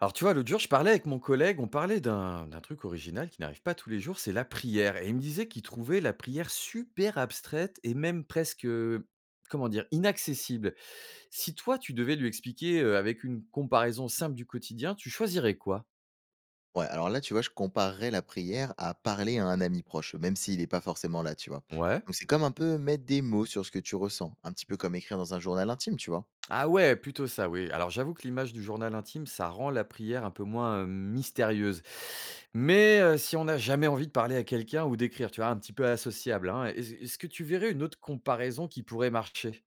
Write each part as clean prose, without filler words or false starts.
Alors tu vois, l'autre jour, je parlais avec mon collègue, on parlait d'un truc original qui n'arrive pas tous les jours, c'est la prière. Et il me disait qu'il trouvait la prière super abstraite et même presque, comment dire, inaccessible. Si toi, tu devais lui expliquer avec une comparaison simple du quotidien, tu choisirais quoi? Ouais, alors là, tu vois, je comparerais la prière à parler à un ami proche, même s'il n'est pas forcément là, tu vois. Ouais. Donc c'est comme un peu mettre des mots sur ce que tu ressens, un petit peu comme écrire dans un journal intime, tu vois. Ah ouais, plutôt ça, oui. Alors j'avoue que l'image du journal intime, ça rend la prière un peu moins mystérieuse. Mais si on n'a jamais envie de parler à quelqu'un ou d'écrire, tu vois, un petit peu associable, hein, est-ce que tu verrais une autre comparaison qui pourrait marcher?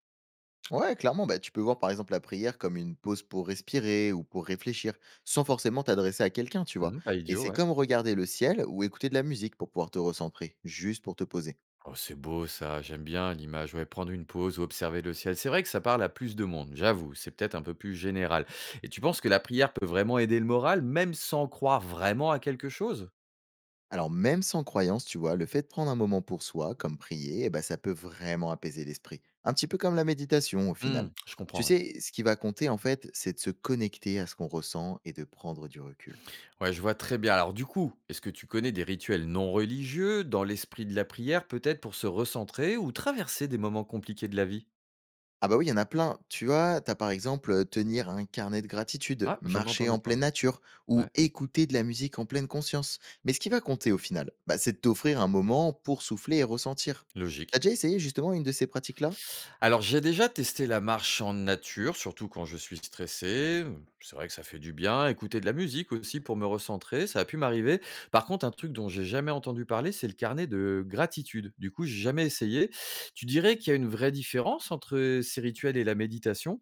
Ouais, clairement, bah, tu peux voir par exemple la prière comme une pause pour respirer ou pour réfléchir, sans forcément t'adresser à quelqu'un, tu vois. Mmh, pas Et idiot, c'est ouais. comme regarder le ciel ou écouter de la musique pour pouvoir te recentrer, juste pour te poser. Oh, c'est beau ça, j'aime bien l'image. Ouais, prendre une pause ou observer le ciel. C'est vrai que ça parle à plus de monde, j'avoue. C'est peut-être un peu plus général. Et tu penses que la prière peut vraiment aider le moral, même sans croire vraiment à quelque chose? Alors même sans croyance, tu vois, le fait de prendre un moment pour soi, comme prier, eh ben, ça peut vraiment apaiser l'esprit. Un petit peu comme la méditation au Hmm, final. je Tu comprends, ouais. sais, ce qui va compter en fait, c'est de se connecter à ce qu'on ressent et de prendre du recul. Ouais, je vois très bien. Alors du coup, est-ce que tu connais des rituels non religieux dans l'esprit de la prière, peut-être pour se recentrer ou traverser des moments compliqués de la vie? Ah bah oui, il y en a plein. Tu vois, t'as par exemple tenir un carnet de gratitude, Ah, jamais marcher entendu en pleine parler. nature ou Ouais, écouter de la musique en pleine conscience. Mais ce qui va compter au final, bah, c'est de t'offrir un moment pour souffler et ressentir. T'as logique. déjà essayé justement une de ces pratiques-là? Alors, j'ai déjà testé la marche en nature, surtout quand je suis stressé. C'est vrai que ça fait du bien. Écouter de la musique aussi pour me recentrer, ça a pu m'arriver. Par contre, un truc dont j'ai jamais entendu parler, c'est le carnet de gratitude. Du coup, j'ai jamais essayé. Tu dirais qu'il y a une vraie différence entre ces rituels et la méditation?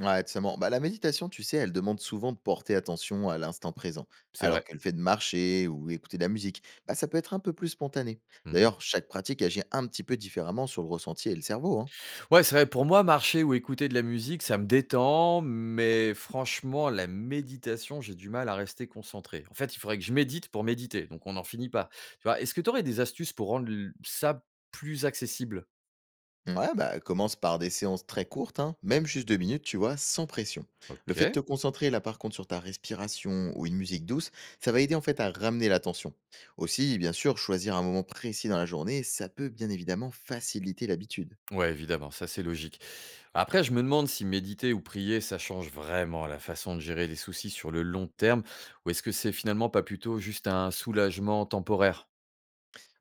Ouais, totalement. Bah, la méditation, tu sais, elle demande souvent de porter attention à l'instant présent, C'est alors vrai. que le fait de marcher ou écouter de la musique, bah, ça peut être un peu plus spontané. Mhm. D'ailleurs, chaque pratique agit un petit peu différemment sur le ressenti et le cerveau, hein. Ouais, c'est vrai, pour moi, marcher ou écouter de la musique, ça me détend, mais franchement, la méditation, j'ai du mal à rester concentré. En fait, il faudrait que je médite pour méditer, donc on n'en finit pas. Tu vois, est-ce que tu aurais des astuces pour rendre ça plus accessible? Ouais, bah, commence par des séances très courtes, hein, même juste deux minutes, tu vois, sans pression. Le fait de Ok. te concentrer là par contre sur ta respiration ou une musique douce, ça va aider en fait à ramener l'attention. Aussi, bien sûr, choisir un moment précis dans la journée, ça peut bien évidemment faciliter l'habitude. Ouais, évidemment, ça c'est logique. Après, je me demande si méditer ou prier, ça change vraiment la façon de gérer les soucis sur le long terme, ou est-ce que c'est finalement pas plutôt juste un soulagement temporaire?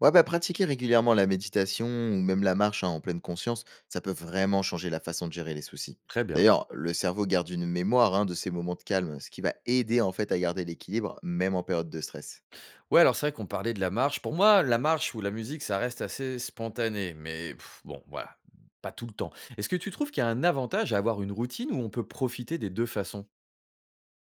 Ouais, bah, pratiquer régulièrement la méditation ou même la marche hein, en pleine conscience, ça peut vraiment changer la façon de gérer les soucis. Très bien. D'ailleurs, le cerveau garde une mémoire hein, de ces moments de calme, ce qui va aider en fait à garder l'équilibre même en période de stress. Ouais, alors c'est vrai qu'on parlait de la marche. Pour moi, la marche ou la musique, ça reste assez spontané, mais pff, bon, voilà, pas tout le temps. Est-ce que tu trouves qu'il y a un avantage à avoir une routine où on peut profiter des deux façons?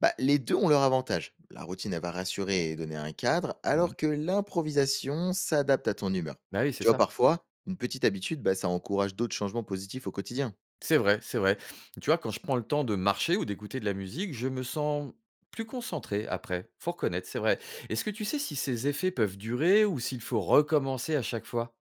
Bah, les deux ont leur avantage. La routine, elle va rassurer et donner un cadre, Mmh. alors que l'improvisation s'adapte à ton humeur. Bah oui, c'est Tu vois, ça. parfois, une petite habitude, bah, ça encourage d'autres changements positifs au quotidien. C'est vrai, c'est vrai. Tu vois, quand je prends le temps de marcher ou d'écouter de la musique, je me sens plus concentré après. Faut reconnaître, c'est vrai. Est-ce que tu sais si ces effets peuvent durer ou s'il faut recommencer à chaque fois?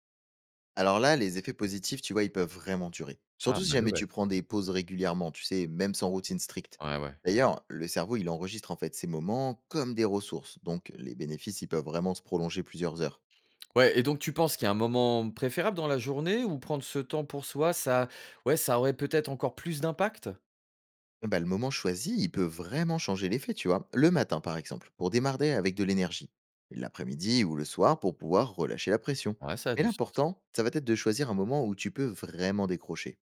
Alors là, les effets positifs, tu vois, ils peuvent vraiment durer. Ah, Surtout si bonne jamais nouvelle. tu prends des pauses régulièrement, tu sais, même sans routine stricte. Ouais, ouais. D'ailleurs, le cerveau, il enregistre en fait ces moments comme des ressources, donc les bénéfices, ils peuvent vraiment se prolonger plusieurs heures. Ouais, et donc tu penses qu'il y a un moment préférable dans la journée où prendre ce temps pour soi, ça ouais, ça aurait peut-être encore plus d'impact? Et bah, le moment choisi, il peut vraiment changer l'effet, tu vois. Le matin, par exemple, pour démarrer avec de l'énergie. Et l'après-midi ou le soir pour pouvoir relâcher la pression. Ouais, ça a Mais du sens. l'important, ça va être de choisir un moment où tu peux vraiment décrocher.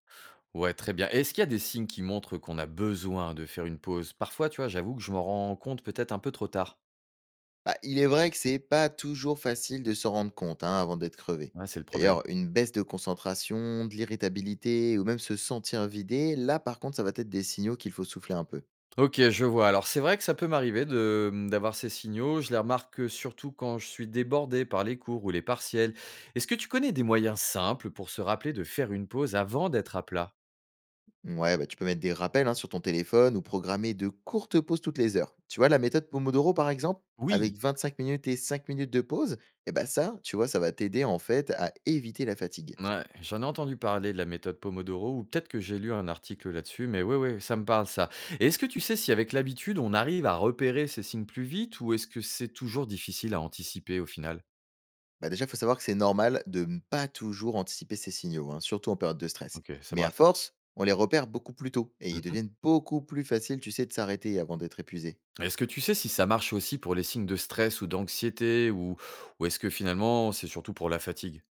Ouais, très bien. Est-ce qu'il y a des signes qui montrent qu'on a besoin de faire une pause? Parfois, tu vois, j'avoue que je m'en rends compte peut-être un peu trop tard. Bah, il est vrai que c'est pas toujours facile de s'en rendre compte hein, avant d'être crevé. Ouais, c'est le problème. D'ailleurs, une baisse de concentration, de l'irritabilité ou même se sentir vidé, là par contre, ça va être des signaux qu'il faut souffler un peu. OK, je vois. Alors c'est vrai que ça peut m'arriver de, mmh, d'avoir ces signaux. Je les remarque, surtout quand je suis débordé par les cours ou les partiels. Est-ce que tu connais des moyens simples pour se rappeler de faire une pause avant d'être à plat? Ouais, bah, tu peux mettre des rappels hein, sur ton téléphone ou programmer de courtes pauses toutes les heures. Tu vois, la méthode Pomodoro par exemple, avec Oui. 25 minutes et 5 minutes de pause, et bah ça, tu vois, ça va t'aider en fait à éviter la fatigue. Ouais, j'en ai entendu parler de la méthode Pomodoro, ou peut-être que j'ai lu un article là-dessus, mais oui, oui, ça me parle ça. Et est-ce que tu sais si avec l'habitude, on arrive à repérer ces signes plus vite, ou est-ce que c'est toujours difficile à anticiper au final? Bah déjà, il faut savoir que c'est normal de ne pas toujours anticiper ces signaux, hein, surtout en période de stress. Ok, ça Mais me à rassure. force, on les repère beaucoup plus tôt et ils Mhm. deviennent beaucoup plus faciles, tu sais, de s'arrêter avant d'être épuisé. Est-ce que tu sais si ça marche aussi pour les signes de stress ou d'anxiété, ou est-ce que finalement c'est surtout pour la fatigue?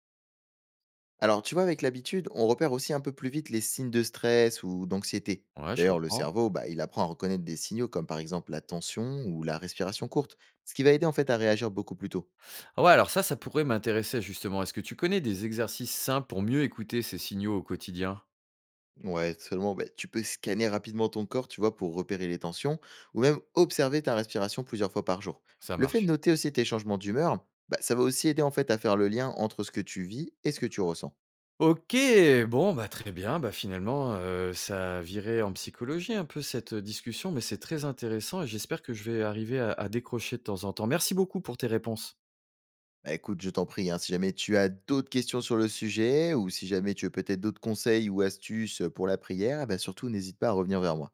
Alors, tu vois, avec l'habitude, on repère aussi un peu plus vite les signes de stress ou d'anxiété. Ouais, je D'ailleurs, le comprends. cerveau, bah, il apprend à reconnaître des signaux comme par exemple la tension ou la respiration courte, ce qui va aider en fait à réagir beaucoup plus tôt. Ah ouais, alors ça pourrait m'intéresser justement. Est-ce que tu connais des exercices simples pour mieux écouter ces signaux au quotidien? Ouais, seulement, bah, tu peux scanner rapidement ton corps, tu vois, pour repérer les tensions, ou même observer ta respiration plusieurs fois par jour. Ça Le fait de marche. noter aussi tes changements d'humeur, bah, ça va aussi aider en fait à faire le lien entre ce que tu vis et ce que tu ressens. OK, bon, bah, très bien. Bah, finalement, ça virait en psychologie un peu cette, discussion, mais c'est très intéressant et j'espère que je vais arriver à décrocher de temps en temps. Merci beaucoup pour tes réponses. Bah, écoute, je t'en prie, hein, si jamais tu as d'autres questions sur le sujet, ou si jamais tu veux peut-être d'autres conseils ou astuces pour la prière, bah, surtout n'hésite pas à revenir vers moi.